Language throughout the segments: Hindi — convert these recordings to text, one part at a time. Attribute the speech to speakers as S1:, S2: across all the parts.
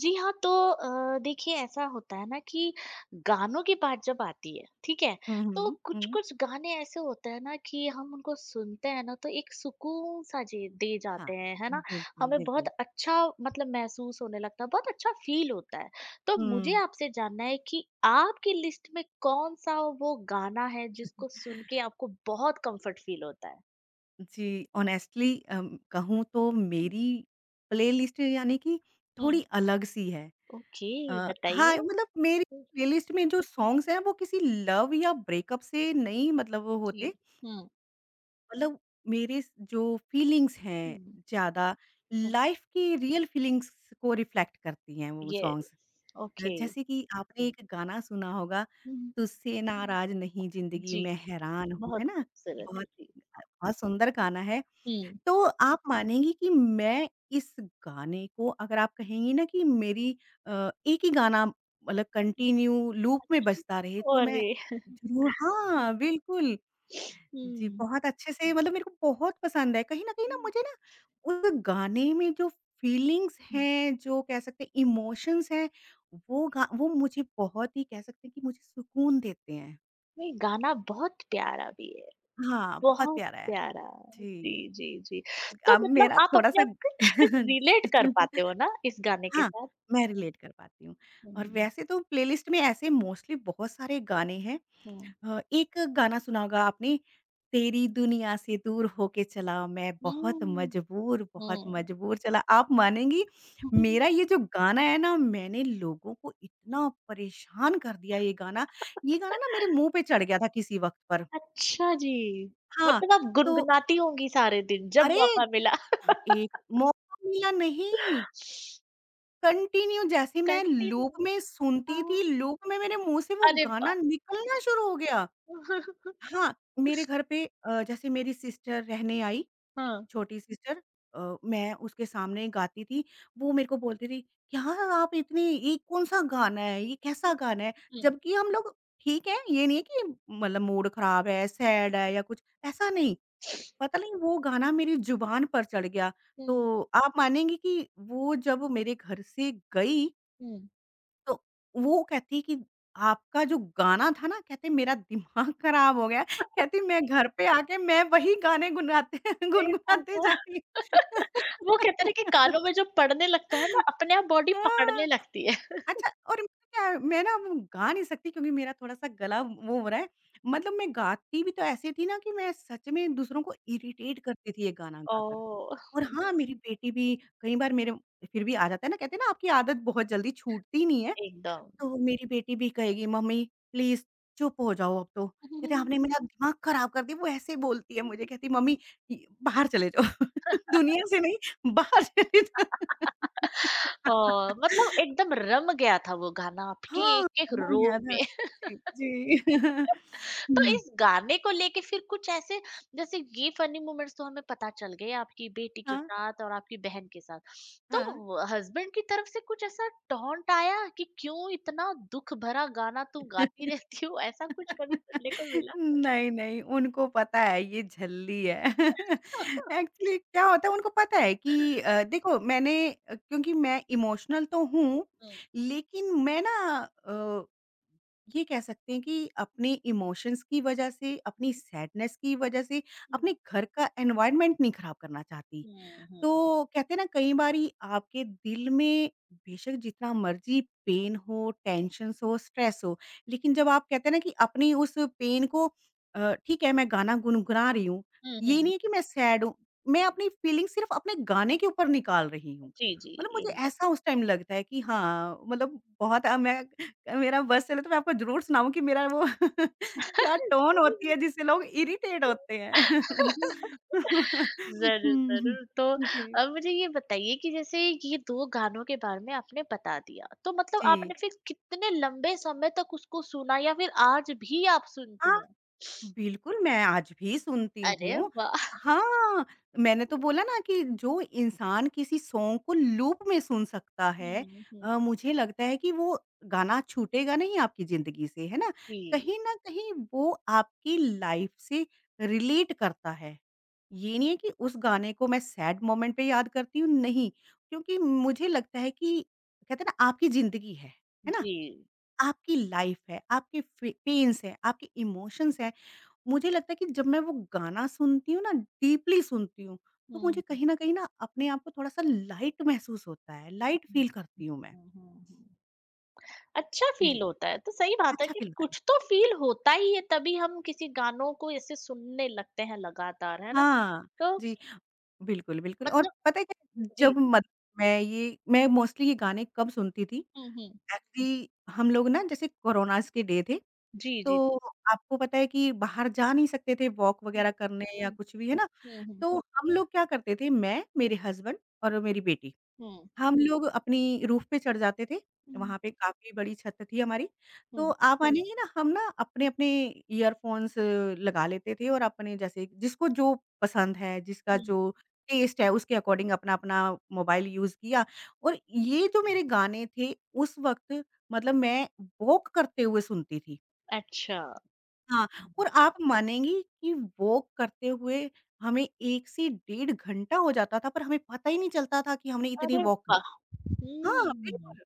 S1: जी हाँ, तो देखिए ऐसा होता है ना कि गानों की बात जब आती है, ठीक है?
S2: हुँ,
S1: तो
S2: हुँ, हुँ।
S1: कुछ-कुछ गाने ऐसे होते हैं ना कि हम उनको सुनते हैं ना तो एक सुकून सा जे दे
S2: हाँ,
S1: जाते हैं, है ना?
S2: बिल्कुल,
S1: हमें बहुत
S2: बिल्कुल।
S1: अच्छा मतलब महसूस होने लगता है, बहुत अच्छा फ़ील होता है। तो मुझे
S2: हुँ।
S1: आपसे जानना है कि आपकी लिस्ट में कौन-सा वो गाना है जिसको सुन के आपको बहुत कम्फ़र्ट फ़ील होता है?
S2: जी, ऑनेस्टली कहूँ तो मेरी प्लेलिस्ट यानी कि थोड़ी
S1: हुँ।
S2: अलग सी है।
S1: ओके,
S2: अ, हाँ,
S1: बताइए।
S2: मतलब मेरी प्लेलिस्ट में जो सॉन्ग्स हैं वो किसी लव या ब्रेकअप से नहीं मतलब वो
S1: जी,
S2: होते।
S1: हुँ।
S2: मतलब मेरे स जो फीलिंग्स हैं
S1: हुँ।
S2: ज़्यादा लाइफ़ की रियल फीलिंग्स को रिफ्लेक्ट करती हैं वो
S1: यस,
S2: सॉन्ग्स।
S1: ओके।
S2: जैसे कि आपने एक गाना सुना होगा,
S1: हुँ,
S2: तुझसे नाराज़ नहीं ज़िंदगी
S1: जी,
S2: मैं हैरान हूँ,
S1: बहुत
S2: है ना?
S1: खूबसूरत है,
S2: बहुत
S1: जी।
S2: बहुत सुंदर गाना है।
S1: हुँ।
S2: तो आप मानेंगी कि मैं इस गाने को अगर आप कहेंगी ना कि मेरी एक ही गाना मतलब कंटिन्यू लूप में
S1: अच्छा।
S2: बजता रहे तो
S1: और
S2: मैं
S1: ये
S2: ज़रूर हाँ, बिल्कुल। जी,
S1: हुँ,
S2: बहुत अच्छे से मतलब मेरे को बहुत पसंद है। कहीं न कहीं ना
S1: हुँ,
S2: मुझे ना उस गाने में जो फीलिंग्स
S1: हुँ।
S2: हैं, जो कह सकते हैं इमोशंस हैं, वो गा वो मुझे बहुत ही कह सकते हैं कि मुझे सुकून देते हैं।
S1: नहीं, गाना बहुत प्यारा भी है,
S2: हाँ, बहुत
S1: बहुत
S2: प्यारा है।
S1: प्यारा। जी,
S2: जी,
S1: जी, जी। तो
S2: अब
S1: मतलब
S2: मेरा
S1: आप अपने
S2: थोड़ा-सा
S1: आप को रिलेट कर पाते हो ना इस गाने के
S2: हाँ,
S1: साथ?
S2: मैं रिलेट कर पाती हूँ। और
S1: हुँ,
S2: वैसे तो प्लेलिस्ट में ऐसे मोस्टली बहुत सारे गाने हैं
S1: हुँ।
S2: एक गाना सुना होगा आपने, तेरी दुनिया से दूर होके चला मैं
S1: हुँ,
S2: बहुत
S1: हुँ।
S2: मजबूर चला। आप मानेंगी मेरा ये जो गाना है ना, मैंने लोगों को इतना परेशान कर दिया ये गाना ना मेरे मुँह पे चढ़ गया था किसी वक़्त पर।
S1: अच्छा जी,
S2: हाँ,
S1: मतलब आप
S2: तो
S1: गुनगुनाती होंगी सारे दिन जब
S2: अरे!
S1: मौका मिला।
S2: एक मौका मिला नहीं, कंटिन्यू जैसे मैं
S1: कंटिन्यू
S2: लूप में सुनती
S1: हाँ,
S2: थी, लूप में मेरे मुँह से वो
S1: अरे वाह!
S2: गाना निकलना शुरू हो गया। हाँ, मेरे घर पे जैसे मेरी सिस्टर रहने आई,
S1: हाँ,
S2: छोटी सिस्टर मैं उसके सामने गाती थी, वो मेरे को बोलती थी, "क्या आप इतनी ये कौन-सा गाना है? ये कैसा गाना है?"
S1: हुँ,
S2: जबकि हम लोग ठीक है, ये नहीं है कि मतलब मूड ख़राब है, सैड है या कुछ, ऐसा नहीं। पता नहीं वो गाना मेरी ज़ुबान पर चढ़ गया,
S1: हुँ,
S2: तो आप मानेंगी कि वो जब मेरे घर से गई
S1: हुँ।
S2: तो वो कहती है कि आपका जो गाना था ना कहते मेरा दिमाग खराब हो गया। कहती मैं घर पे आके मैं वही गाने गुनगुनाते
S1: अरे
S2: गुनगुनाते
S1: बाबा!
S2: जाती
S1: वो कहते हैं ना कि कानों में जब पड़ने लगता है ना अपने आप बॉडी
S2: हाँ,
S1: पकड़ने लगती है।
S2: अच्छा और क्या है मैं ना वो गा नहीं सकती क्योंकि मेरा थोड़ा-सा गला वो हो रहा है। मतलब मैं गाती भी तो ऐसे थी ना कि मैं सच में दूसरों को इरिटेट करती थी ये गाना गाकर।
S1: ओह!
S2: और हाँ, मेरी बेटी भी कई बार मेरे फिर भी आ जाता है ना कहते हैं ना आपकी आदत बहुत जल्दी छूटती नहीं है।
S1: एकदम।
S2: तो मेरी बेटी भी कहेगी मम्मी प्लीज़ चुप हो जाओ अब तो। कहते आपने मेरा दिमाग ख़राब कर दिया, वो ऐसे बोलती है मुझे कहती मम्मी इ बाहर चले जाओ दुनिया से नहीं बाहर चले जाओ।
S1: ओह! मतलब एकदम रम गया था वो गाना आपके
S2: हाँ,
S1: एक-एक
S2: वो
S1: रोम
S2: याद है।
S1: में।
S2: जी, जी।
S1: तो
S2: हुँ,
S1: इस गाने को लेके फिर कुछ ऐसे जैसे ये फनी मोमेंट्स तो हमें पता चल गए आपकी बेटी के
S2: हाँ,
S1: साथ और आपकी बहन के साथ
S2: हाँ।
S1: तो हस्बैंड की तरफ से कुछ ऐसा टॉन्ट आया कि क्यों इतना दुख भरा गाना तुम गाती रहती हो ऐसा कुछ कभी सुनने को मिला?
S2: नहीं, नहीं, उनको पता है ये झल्ली है। एक्चुअली क्या होता है उनको पता है कि देखो मैंने क्योंकि मैं इमोशनल तो हूँ,
S1: हम्म,
S2: लेकिन मैं ना अ, ये कह सकते हैं कि अपने इमोशंस की वजह से, अपनी
S1: हम्म,
S2: सैडनेस की वजह से, अपने घर का एनवायरनमेंट नहीं खराब करना चाहती।
S1: हम्म, हम्म,
S2: तो कहते हैं ना कई बारी आपके दिल में बेशक जितना मर्ज़ी पेन हो, टेंशन्स हो, स्ट्रेस हो, लेकिन जब आप कहते हैं ना कि अपनी उस पेन को ठीक है मैं गाना गुनगुना रही हूँ,
S1: हम्म,
S2: ये
S1: हम्म,
S2: नहीं है कि मैं सैड हूँ, मैं अपनी फीलिंग सिर्फ़ अपने गाने के ऊपर निकाल रही हूँ।
S1: जी जी।
S2: मतलब मुझे ऐसा
S1: एकदम।
S2: उस टाइम लगता है कि हाँ, मतलब बहुत मैं मेरा बस चले तो मैं आपको ज़रूर सुनाऊँ कि मेरा वो क्या टोन होती है जिससे लोग इरिटेट होते हैं।
S1: ज़रूर,
S2: हुँ।
S1: ज़रूर। तो
S2: जी,
S1: अब मुझे ये बताइए कि जैसे ये 2 गानों के बारे में आपने बता दिया, तो मतलब
S2: जी।
S1: आपने फिर कितने लंबे समय तक उसको सुना या फिर आज भी आप
S2: हाँ,
S1: सुनती हैं?
S2: बिल्कुल मैं आज भी सुनती
S1: अरे
S2: हूँ।
S1: वाह!
S2: हाँ, मैंने तो बोला ना कि जो इंसान किसी सॉन्ग को लूप में सुन सकता है
S1: हुँ, हुँ।
S2: मुझे लगता है कि वो गाना छूटेगा नहीं आपकी ज़िंदगी से, है ना?
S1: जी,
S2: कहीं न कहीं वो आपकी लाइफ़ से रिलेट करता है। ये नहीं है कि उस गाने को मैं सैड मोमेंट पे याद करती हूँ, नहीं। क्योंकि मुझे लगता है कि कहते हैं ना आपकी ज़िंदगी है ना?
S1: जी।
S2: आपकी लाइफ है, आपके फे पेन्स हैं, आपके इमोशंस हैं। मुझे लगता है कि जब मैं वो गाना सुनती हूँ ना, डीपली सुनती हूँ, तो मुझे
S1: हुँ,
S2: कहीं न कहीं ना अपने आप को थोड़ा-सा लाइट महसूस होता है, लाइट
S1: हुँ,
S2: फील करती हूँ मैं।
S1: हुँ, हुँ, हुँ। अच्छा
S2: जी।
S1: फ़ील होता है, तो सही बात है
S2: अच्छा
S1: कि
S2: फील होता है।
S1: कुछ तो फ़ील होता ही है, तभी हम किसी गानों को ऐसे सुनने लगते हैं लगातार, है ना?
S2: हाँ,
S1: तो
S2: जी। बिल्कुल, बिल्कुल और
S1: मतलब
S2: पता है क्या
S1: जी,
S2: जब
S1: जी।
S2: मत मैं मोस्टली ये गाने कब सुनती थी?
S1: हुँ, हुँ।
S2: एक्चुअली हम लोग ना जैसे कोरोनाज़ के डे थे,
S1: जी, जी,
S2: तो आपको पता है कि बाहर जा नहीं सकते थे वॉक
S1: जी।
S2: वगैरह करने या
S1: हुँ,
S2: कुछ भी, है ना?
S1: हुँ, हुँ।
S2: तो हम लोग क्या करते थे मैं, मेरे हस्बैंड और मेरी बेटी,
S1: हुँ।
S2: हम लोग अपनी रूफ़ पे चढ़ जाते थे,
S1: हुँ।
S2: वहाँ पे काफ़ी बड़ी छत थी हमारी, तो
S1: हुँ,
S2: आप हुँ। मानेंगी ना हम ना अपने-अपने ईयरफ़ोन्स लगा लेते थे और अपने जैसे जिसको जो पसंद है, जिसका
S1: हुँ।
S2: जो टेस्ट है उसके अकॉर्डिंग अपना-अपना मोबाइल यूज़ किया और
S1: हुँ।
S2: ये जो मेरे गाने थे उस वक़्त मतलब मैं वॉक करते हुए सुनती थी।
S1: अच्छा।
S2: हाँ,
S1: हम्म।
S2: और आप मानेंगी कि वॉक करते हुए हमें 1 से डेढ़ घंटा हो जाता था, पर हमें पता ही नहीं चलता था कि हमने इतनी
S1: अरे
S2: वॉक कर
S1: वाह!
S2: हाँ,
S1: हुँ।
S2: बिल्कुल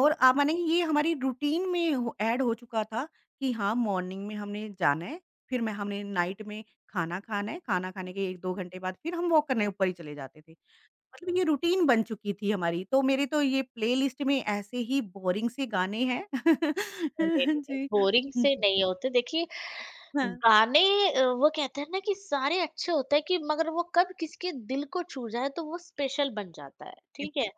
S2: और आप मानेंगी ये हमारी रूटीन में हो ऐड हो चुका था कि हाँ, मॉर्निंग में हमने जाना है, फिर मैं हमने नाइट में खाना खाना है, खाना खाने के 1-2 घंटे बाद फिर हम वॉक करने ऊपर ही चले जाते थे। मतलब ये रूटीन बन चुकी थी हमारी, तो मेरे तो ये प्लेलिस्ट में ऐसे ही बोरिंग से गाने हैं।
S1: नहीं, नहीं, नहीं,
S2: जी।
S1: बोरिंग
S2: हुँ,
S1: से
S2: जी।
S1: नहीं होते। देखिए
S2: हाँ।
S1: गाने, वो कहते हैं ना कि सारे अच्छे होते हैं कि मगर वो कब किसके दिल को छू जाए तो वो स्पेशल बन जाता है, ठीक है?
S2: बिल्कुल,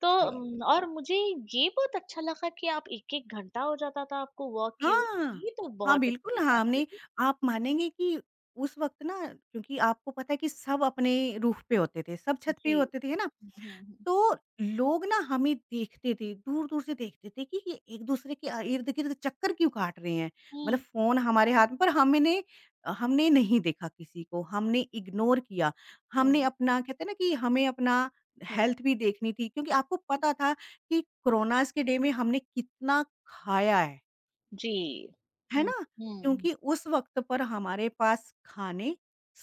S1: तो
S2: सही बात बोली।
S1: और मुझे ये बहुत अच्छा लगा कि आप 1-1 घंटा हो जाता था आपको वॉक किए हुए।
S2: हाँ,
S1: ये तो
S2: हाँ,
S1: बहुत
S2: बिल्कुल
S1: अच्छी
S2: हाँ,
S1: बात
S2: हमने
S1: लगी।
S2: आप मानेंगे कि उस वक़्त ना क्योंकि आपको पता है कि सब अपने रूफ़ पे होते थे, सब छत पे ही
S1: जी।
S2: होते थे, है ना?
S1: हुँ, हुँ,
S2: तो लोग ना हमें देखते थे, दूर-दूर से देखते थे कि ये एक-दूसरे के इर्द-गिर्द चक्कर क्यों काट रहे हैं? मतलब
S1: हुँ।
S2: फ़ोन हमारे हाथ में पर हमने हमने नहीं देखा किसी को, हमने इग्नोर किया।
S1: हुँ,
S2: हमने अपना कहते हैं ना कि हमें अपना
S1: हुँ,
S2: हेल्थ भी देखनी थी क्योंकि आपको
S1: हुँ।
S2: पता था कि कोरोनाज़ के डे में हमने कितना खाया
S1: जी।
S2: है
S1: हुँ,
S2: ना?
S1: हुँ।
S2: क्योंकि उस वक़्त पर हमारे पास खाने,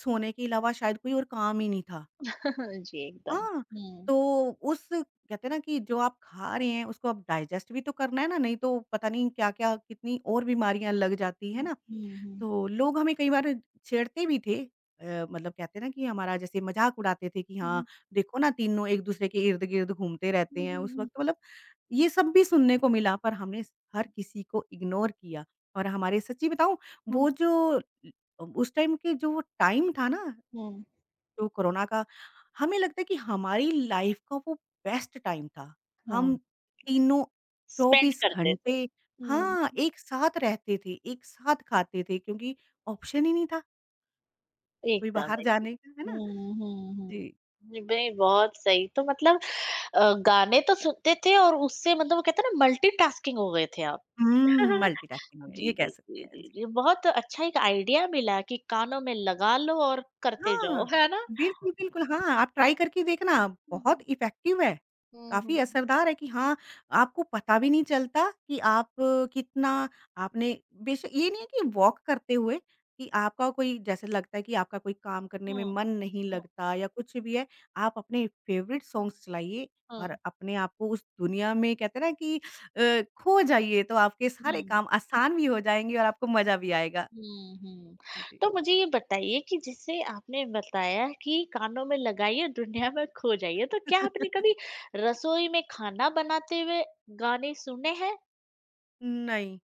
S2: सोने के अलावा शायद कोई और काम ही नहीं था।
S1: जी, एकदम।
S2: हाँ,
S1: हुँ।
S2: तो उस कहते हैं ना कि जो आप खा रहे हैं उसको आप डाइजेस्ट भी तो करना है ना, नहीं तो पता नहीं क्या-क्या कितनी और बीमारियाँ लग जाती है
S1: हुँ,
S2: ना।
S1: हुँ, हुँ।
S2: तो लोग हमें कई बार छेड़ते भी थे मतलब कहते हैं ना कि हमारा जैसे मज़ाक उड़ाते थे कि हाँ,
S1: हुँ,
S2: देखो ना तीनों एक-दूसरे के इर्द-गिर्द घूमते रहते
S1: हुँ,
S2: हैं उस
S1: हुँ,
S2: वक़्त मतलब ये सब भी सुनने को मिला पर हमने हर किसी को इग्नोर किया और हमारे सच्ची बताऊँ
S1: हुँ,
S2: वो जो उस टाइम के जो टाइम था ना
S1: हुँ,
S2: जो कोरोना का हमें लगता है कि हमारी लाइफ का वो बेस्ट टाइम था। हम
S1: हुँ।
S2: तीनों
S1: स्पेंड
S2: 24
S1: करते थे।
S2: घंटे
S1: हुँ,
S2: हाँ,
S1: हुँ।
S2: एक साथ रहते थे, एक साथ खाते थे क्योंकि ऑप्शन ही नहीं था कोई
S1: एकदम,
S2: बाहर
S1: एकदम।
S2: जाने का, है ना?
S1: हुँ, हुँ, हुँ।
S2: जी।
S1: जी, भई बहुत सही। तो मतलब गाने तो सुनते थे और उससे मतलब वो कहते हैं ना मल्टीटास्किंग हो गए थे आप।
S2: हुँ, मल्टीटास्किंग हो गया, ये
S1: जी,
S2: कह
S1: जी,
S2: सकते
S1: जी,
S2: हैं।
S1: जी,
S2: जी।
S1: जी। बहुत अच्छा एक आइडिया मिला कि कानों में लगा लो और करते जाओ,
S2: हाँ,
S1: है ना?
S2: बिल्कुल, बिल्कुल, हाँ, आप ट्राई करके देखना,
S1: हुँ,
S2: बहुत
S1: हुँ।
S2: इफ़ेक्टिव है,
S1: हुँ, हुँ,
S2: काफ़ी
S1: हुँ।
S2: असरदार है कि हाँ, आपको पता भी नहीं चलता कि आप कितना आपने बेश ये नहीं है कि वॉक करते हुए कि आपका कोई जैसे लगता है कि आपका कोई काम करने में
S1: हुँ,
S2: मन नहीं
S1: हुँ,
S2: लगता या कुछ भी है, आप अपने फ़ेवरेट सॉन्ग्स चलाइए और
S1: हाँ,
S2: अपने आप को उस दुनिया में कहते हैं ना कि खो जाइए, तो आपके सारे
S1: हुँ।
S2: काम आसान भी हो जाएँगे और आपको मज़ा भी आएगा।
S1: हुँ, हुँ।
S2: जी।
S1: तो मुझे ये बताइए कि जैसे आपने बताया कि कानों में लगाइए दुनिया में खो जाइए, तो क्या आपने कभी रसोई में खाना बनाते हुए गाने सुने हैं?
S2: नहीं,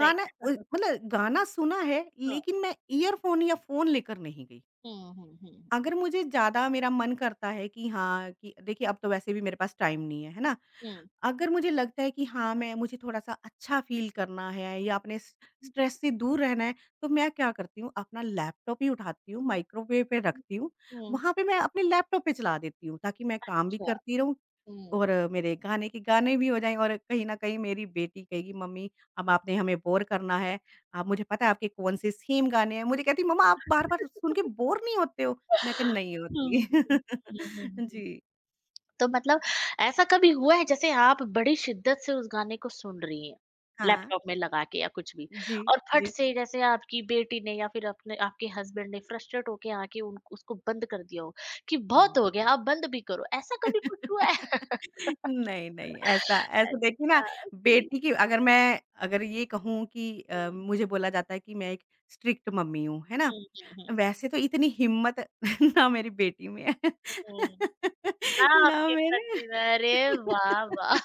S1: नहीं।
S2: उ मतलब गाना सुना है,
S1: हाँ।
S2: लेकिन मैं ईयरफ़ोन या फ़ोन लेकर नहीं गई।
S1: हुँ, हुँ, हुँ,
S2: अगर मुझे ज़्यादा मेरा मन करता है कि हाँ, कि देखिए अब तो वैसे भी मेरे पास टाइम नहीं है, है ना?
S1: हुँ।
S2: अगर मुझे लगता है कि हाँ, मैं मुझे थोड़ा-सा अच्छा फ़ील करना है या अपने स स्ट्रेस से दूर रहना है, तो मैं क्या करती हूँ, अपना लैपटॉप ही उठाती हूँ, माइक्रोवेव पे रखती हूँ।
S1: हुँ,
S2: वहाँ पे मैं अपने लैपटॉप पे चला देती हूँ, ताकि मैं काम भी
S1: अच्छा।
S2: करती रहूँ
S1: हुँ।
S2: और मेरे गाने भी हो जाएँ और कहीं न कहीं मेरी बेटी कहेगी, "मम्मी अब आपने हमें बोर करना है। अब मुझे पता है आपके कौन से सेम गाने हैं।" मुझे कहती, "मम्मा आप बार-बार सुन के बोर नहीं होते हो?" मैं कहा, "नहीं
S1: हुँ, हुँ,
S2: होती।"
S1: हुँ, हुँ, हुँ।
S2: जी।
S1: तो मतलब ऐसा कभी हुआ है जैसे आप बड़ी शिद्दत से उस गाने को सुन रही हैं,
S2: हाँ।
S1: लैपटॉप में लगा के या कुछ भी
S2: जी,
S1: और फट
S2: जी।
S1: से जैसे आपकी बेटी ने या फिर अपने आपके हस्बैंड ने फ्रस्ट्रेट होके आके उन उसको बंद कर दिया हो कि बहुत
S2: हाँ।
S1: हो गया, आप बंद भी करो, ऐसा कभी कुछ हुआ है?
S2: नहीं, नहीं ऐसा ऐसा देखिए ना
S1: अच्छा, जी।
S2: बेटी की अगर ये कहूँ कि
S1: हुँ,
S2: मुझे बोला जाता है कि मैं एक स्ट्रिक्ट मम्मी हूँ, है ना?
S1: हुँ, हुँ, हुँ,
S2: वैसे तो इतनी हिम्मत ना मेरी बेटी में है,
S1: हुँ। ना
S2: ना
S1: आपके
S2: मेरे
S1: पति अरे वाह, वाह!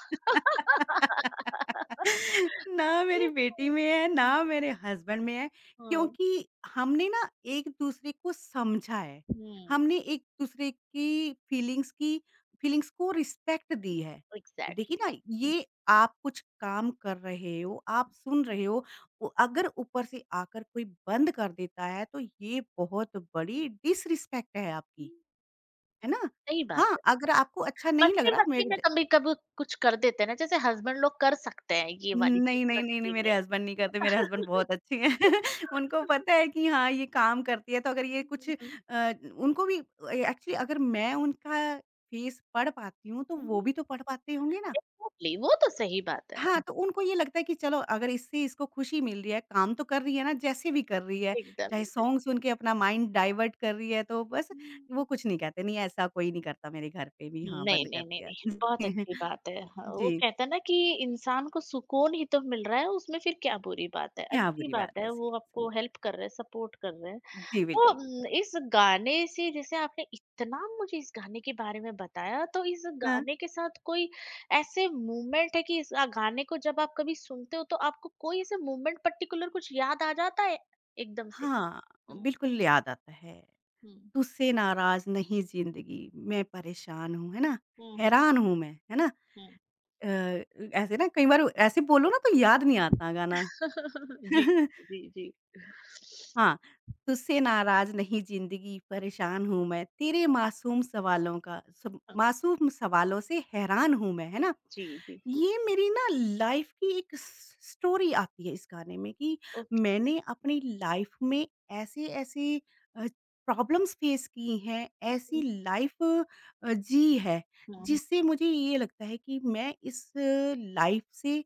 S2: ना मेरी बेटी
S1: बिल्कुल।
S2: में है, ना मेरे हस्बैंड में है,
S1: हुँ,
S2: क्योंकि हमने ना एक-दूसरे को समझा है।
S1: हुँ,
S2: हमने एक-दूसरे की फीलिंग्स को रिस्पेक्ट दी है। देखिए
S1: एग्ज़ैक्टली।
S2: ना,
S1: हुँ,
S2: ये आप कुछ काम कर रहे हो, आप सुन रहे हो, वो अगर ऊपर से आकर कोई बंद कर देता है, तो ये बहुत बड़ी डिसरिस्पेक्ट है
S1: हुँ,
S2: आपकी, है ना?
S1: सही बात
S2: हाँ,
S1: है।
S2: अगर आपको अच्छा नहीं लग रहा
S1: मस्ती-मस्ती
S2: मेरे
S1: में
S2: ज
S1: कभी-कभी कुछ कर देते हैं ना, जैसे हस्बैंड लोग कर सकते हैं ये वाली
S2: नहीं,
S1: चीज़
S2: नहीं, नहीं, नहीं,
S1: मस्ती
S2: मेरे
S1: में।
S2: हस्बैंड नहीं करते, मेरे हस्बैंड बहुत अच्छे हैं। उनको पता है कि हाँ, ये काम करती है, तो अगर ये कुछ उनको भी ए एक्चुअली अगर मैं उनका फेस पढ़ पाती हूँ, तो
S1: हुँ,
S2: वो
S1: हुँ।
S2: भी तो पढ़ पाते होंगे ना।
S1: एग्ज़ैक्टली वो तो सही बात है।
S2: हाँ, तो उनको ये लगता है कि चलो अगर इससे इसको खुशी मिल रही है, काम तो कर रही है ना, जैसे भी कर रही है,
S1: एकदम,
S2: चाहे
S1: एकदम।
S2: सॉन्ग सुन के अपना माइंड डाइवर्ट कर रही है, तो बस
S1: हुँ।
S2: वो कुछ नहीं कहते, नहीं ऐसा कोई नहीं करता मेरे घर पे भी,
S1: नहीं,
S2: हाँ, बंद कर
S1: नहीं, नहीं,
S2: दिया।
S1: नहीं, बहुत अच्छी बात है। हाँ, वो
S2: जी,
S1: कहते हैं ना कि इंसान को सुकून ही तो मिल रहा है, उसमें फिर क्या बुरी बात है?
S2: क्या
S1: अच्छी
S2: बुरी बात
S1: बात
S2: है
S1: है,
S2: ऐसी।
S1: वो
S2: सही
S1: आपको
S2: बात।
S1: हेल्प कर रहे हैं, सपोर्ट कर रहे हैं।
S2: जी,
S1: तो
S2: बिल्कुल, बिल्कुल।
S1: इस गाने से जैसे आपने इतना मुझे इस गाने के बारे में बताया तो इस
S2: हाँ।
S1: गाने के साथ कोई ऐसे मूवमेंट है कि इस गाने को जब आप कभी सुनते हो तो आपको कोई ऐसे मूवमेंट पर्टिकुलर कुछ याद आ जाता है एकदम से?
S2: हाँ,
S1: हुँ,
S2: बिल्कुल याद आता है।
S1: हुँ,
S2: तुझसे नाराज़ नहीं ज़िंदगी, मैं परेशान हूँ, है ना?
S1: हुँ, हुँ,
S2: हैरान हूँ मैं, है ना?
S1: हुँ।
S2: अ, ऐसे ना कई बार ऐसे बोलो ना तो याद नहीं आता गाना।
S1: जी, जी, जी।
S2: हाँ, तुझसे नाराज़ नहीं ज़िंदगी परेशान हूँ मैं, तेरे मासूम सवालों का सब
S1: हाँ,
S2: मासूम सवालों से हैरान हूँ मैं, है
S1: जी,
S2: ना?
S1: जी, जी।
S2: ये मेरी ना लाइफ़ की एक स स्टोरी आती है इस गाने में कि
S1: ओके।
S2: मैंने अपनी लाइफ़ में ऐसे-ऐसे अ, प्रॉब्लम्स फेस की हैं, ऐसी
S1: हुँ,
S2: लाइफ़ जी है,
S1: हुँ, हुँ,
S2: जिससे मुझे ये लगता है कि मैं इस लाइफ़ से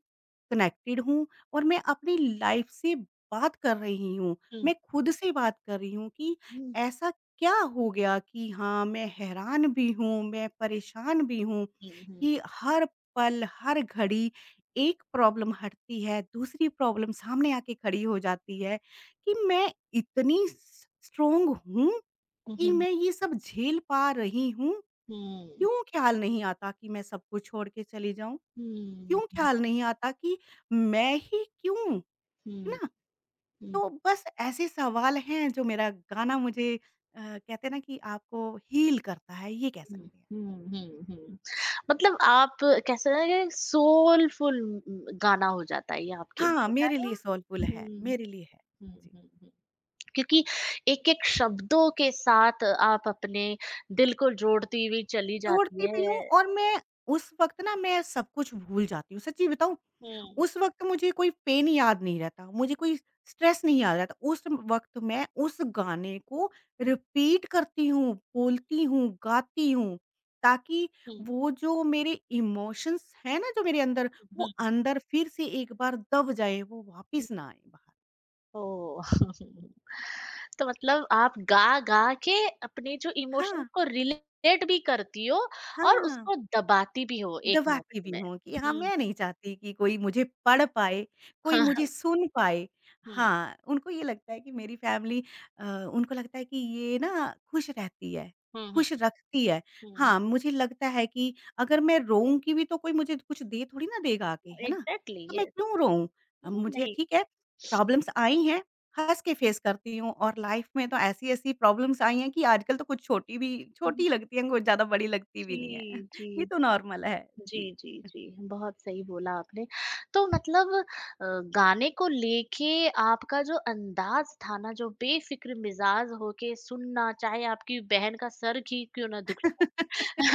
S2: कनेक्टेड हूँ और मैं अपनी लाइफ़ से बात कर रही हूँ।
S1: हुँ।
S2: मैं खुद से बात कर रही हूँ कि
S1: हुँ।
S2: ऐसा क्या हो गया कि हाँ, मैं हैरान भी हूँ, मैं परेशान भी हूँ
S1: हुँ, हुँ,
S2: कि हर पल, हर घड़ी एक प्रॉब्लम हटती है, दूसरी प्रॉब्लम सामने आके खड़ी हो जाती है कि मैं इतनी स स्ट्रॉन्ग हूँ
S1: हुँ,
S2: कि
S1: हुँ, हुँ,
S2: मैं ये सब झेल पा रही हूँ।
S1: हुँ,
S2: क्यों ख़्याल नहीं आता कि मैं सबको छोड़ के चली जाऊँ?
S1: हुँ,
S2: क्यों ख़्याल नहीं आता कि मैं ही क्यों? है
S1: हुँ,
S2: ना?
S1: हुँ।
S2: तो बस ऐसे सवाल हैं जो मेरा गाना मुझे कहते हैं ना कि आपको हील करता है, ये कह
S1: हुँ,
S2: सकते हैं।
S1: हुँ, हुँ, हुँ। मतलब आप कैसे ना कि सोलफुल गाना हो जाता है ये आपके
S2: हाँ,
S1: लिए, है
S2: मेरे
S1: ना?
S2: लिए सोलफुल है,
S1: हुँ,
S2: मेरे लिए है।
S1: हुँ,
S2: जी,
S1: हुँ, हुँ। क्योंकि एक-एक शब्दों के साथ आप अपने दिल को जोड़ती हुई चली जाती
S2: जोड़ती भी हूँ
S1: है।
S2: और मैं उस वक़्त ना मैं सब कुछ भूल जाती हूँ, सच्ची बताऊँ?
S1: हुँ,
S2: उस वक़्त मुझे कोई पेन याद नहीं रहता, मुझे कोई स्ट्रेस नहीं याद रहता। उस वक़्त मैं उस गाने को
S1: हुँ,
S2: रिपीट करती हूँ, बोलती हूँ, गाती हूँ, ताकि
S1: हुँ,
S2: वो जो मेरे इमोशंस हैं ना, जो मेरे अंदर, वो
S1: हुँ,
S2: अंदर फिर से एक बार दब जाएँ, वो
S1: हुँ।
S2: वापस ना आएँ बाहर।
S1: ओह! तो मतलब आप गा-गा के अपने जो
S2: हाँ,
S1: इमोशंस को रिलेट भी करती हो और
S2: हाँ।
S1: उसको दबाती भी हो एक मोमेंट
S2: दबाती भी
S1: में।
S2: हूँ कि हाँ,
S1: हुँ,
S2: मैं नहीं चाहती कि कोई मुझे पढ़ पाए, कोई
S1: हाँ,
S2: मुझे
S1: हाँ,
S2: सुन पाए।
S1: हुँ।
S2: हाँ, उनको ये लगता है कि मेरी फैमिली उनको लगता है कि ये ना खुश रहती है,
S1: हुँ, हुँ,
S2: खुश रखती है।
S1: हुँ।
S2: हाँ, मुझे लगता है कि अगर मैं रोऊँगी भी तो कोई मुझे कुछ दे थोड़ी ना देगा आके, है ना?
S1: एग्ज़ैक्टली
S2: तो मैं
S1: यस।
S2: क्यों रोऊँ?
S1: है ना?
S2: मुझे
S1: नहीं।
S2: ठीक है, प्रॉब्लम्स आई हैं, हँस के फेस करती हूँ और लाइफ़ में तो ऐसी-ऐसी प्रॉब्लम्स आई हैं कि आजकल तो कुछ छोटी भी
S1: जी, हुँ।
S2: छोटी लगती हैं, कुछ ज़्यादा बड़ी लगती भी नहीं है। ये तो नॉर्मल है। जी।
S1: जी, जी, जी, जी। बहुत सही बोला आपने। तो मतलब अ, गाने को लेके आपका जो अंदाज़ था ना, जो बेफ़िक्र मिज़ाज होके सुनना, चाहे आपकी बहन का सर ही क्यों ना दुख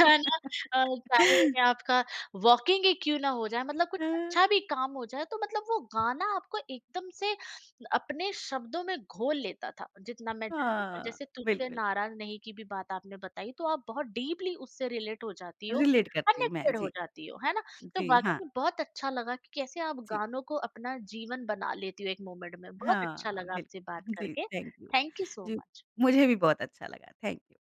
S1: है ना? अ, चाहे आपका वॉकिंग ही क्यों ना हो जाए मतलब कुछ
S2: अ,
S1: अच्छा भी काम हो जाए तो मतलब वो गाना आपको एकदम से अपने शब्दों में घोल लेता था, जितना मैं जानती हूँ। और
S2: हाँ,
S1: जैसे तुझसे
S2: बिल्कुल।
S1: नाराज़ नहीं की भी बात आपने बताई तो आप बहुत डीपली उससे रिलेट हो जाती हो,
S2: रिलेट करती हूँ मैं।
S1: कनेक्टेड हो
S2: जी,
S1: जाती हो, है ना? तो
S2: जी,
S1: वाक़ई
S2: हाँ,
S1: में बहुत अच्छा लगा कि कैसे आप
S2: जी।
S1: गानों को अपना जीवन बना लेती हो एक मोमेंट में। बहुत अच्छा
S2: हाँ,
S1: लगा आपसे बात
S2: बिल्कुल। जी,
S1: करके।
S2: Thank you.
S1: Thank you so
S2: जी,
S1: मच।
S2: मुझे भी बहुत अच्छा लगा। थैंक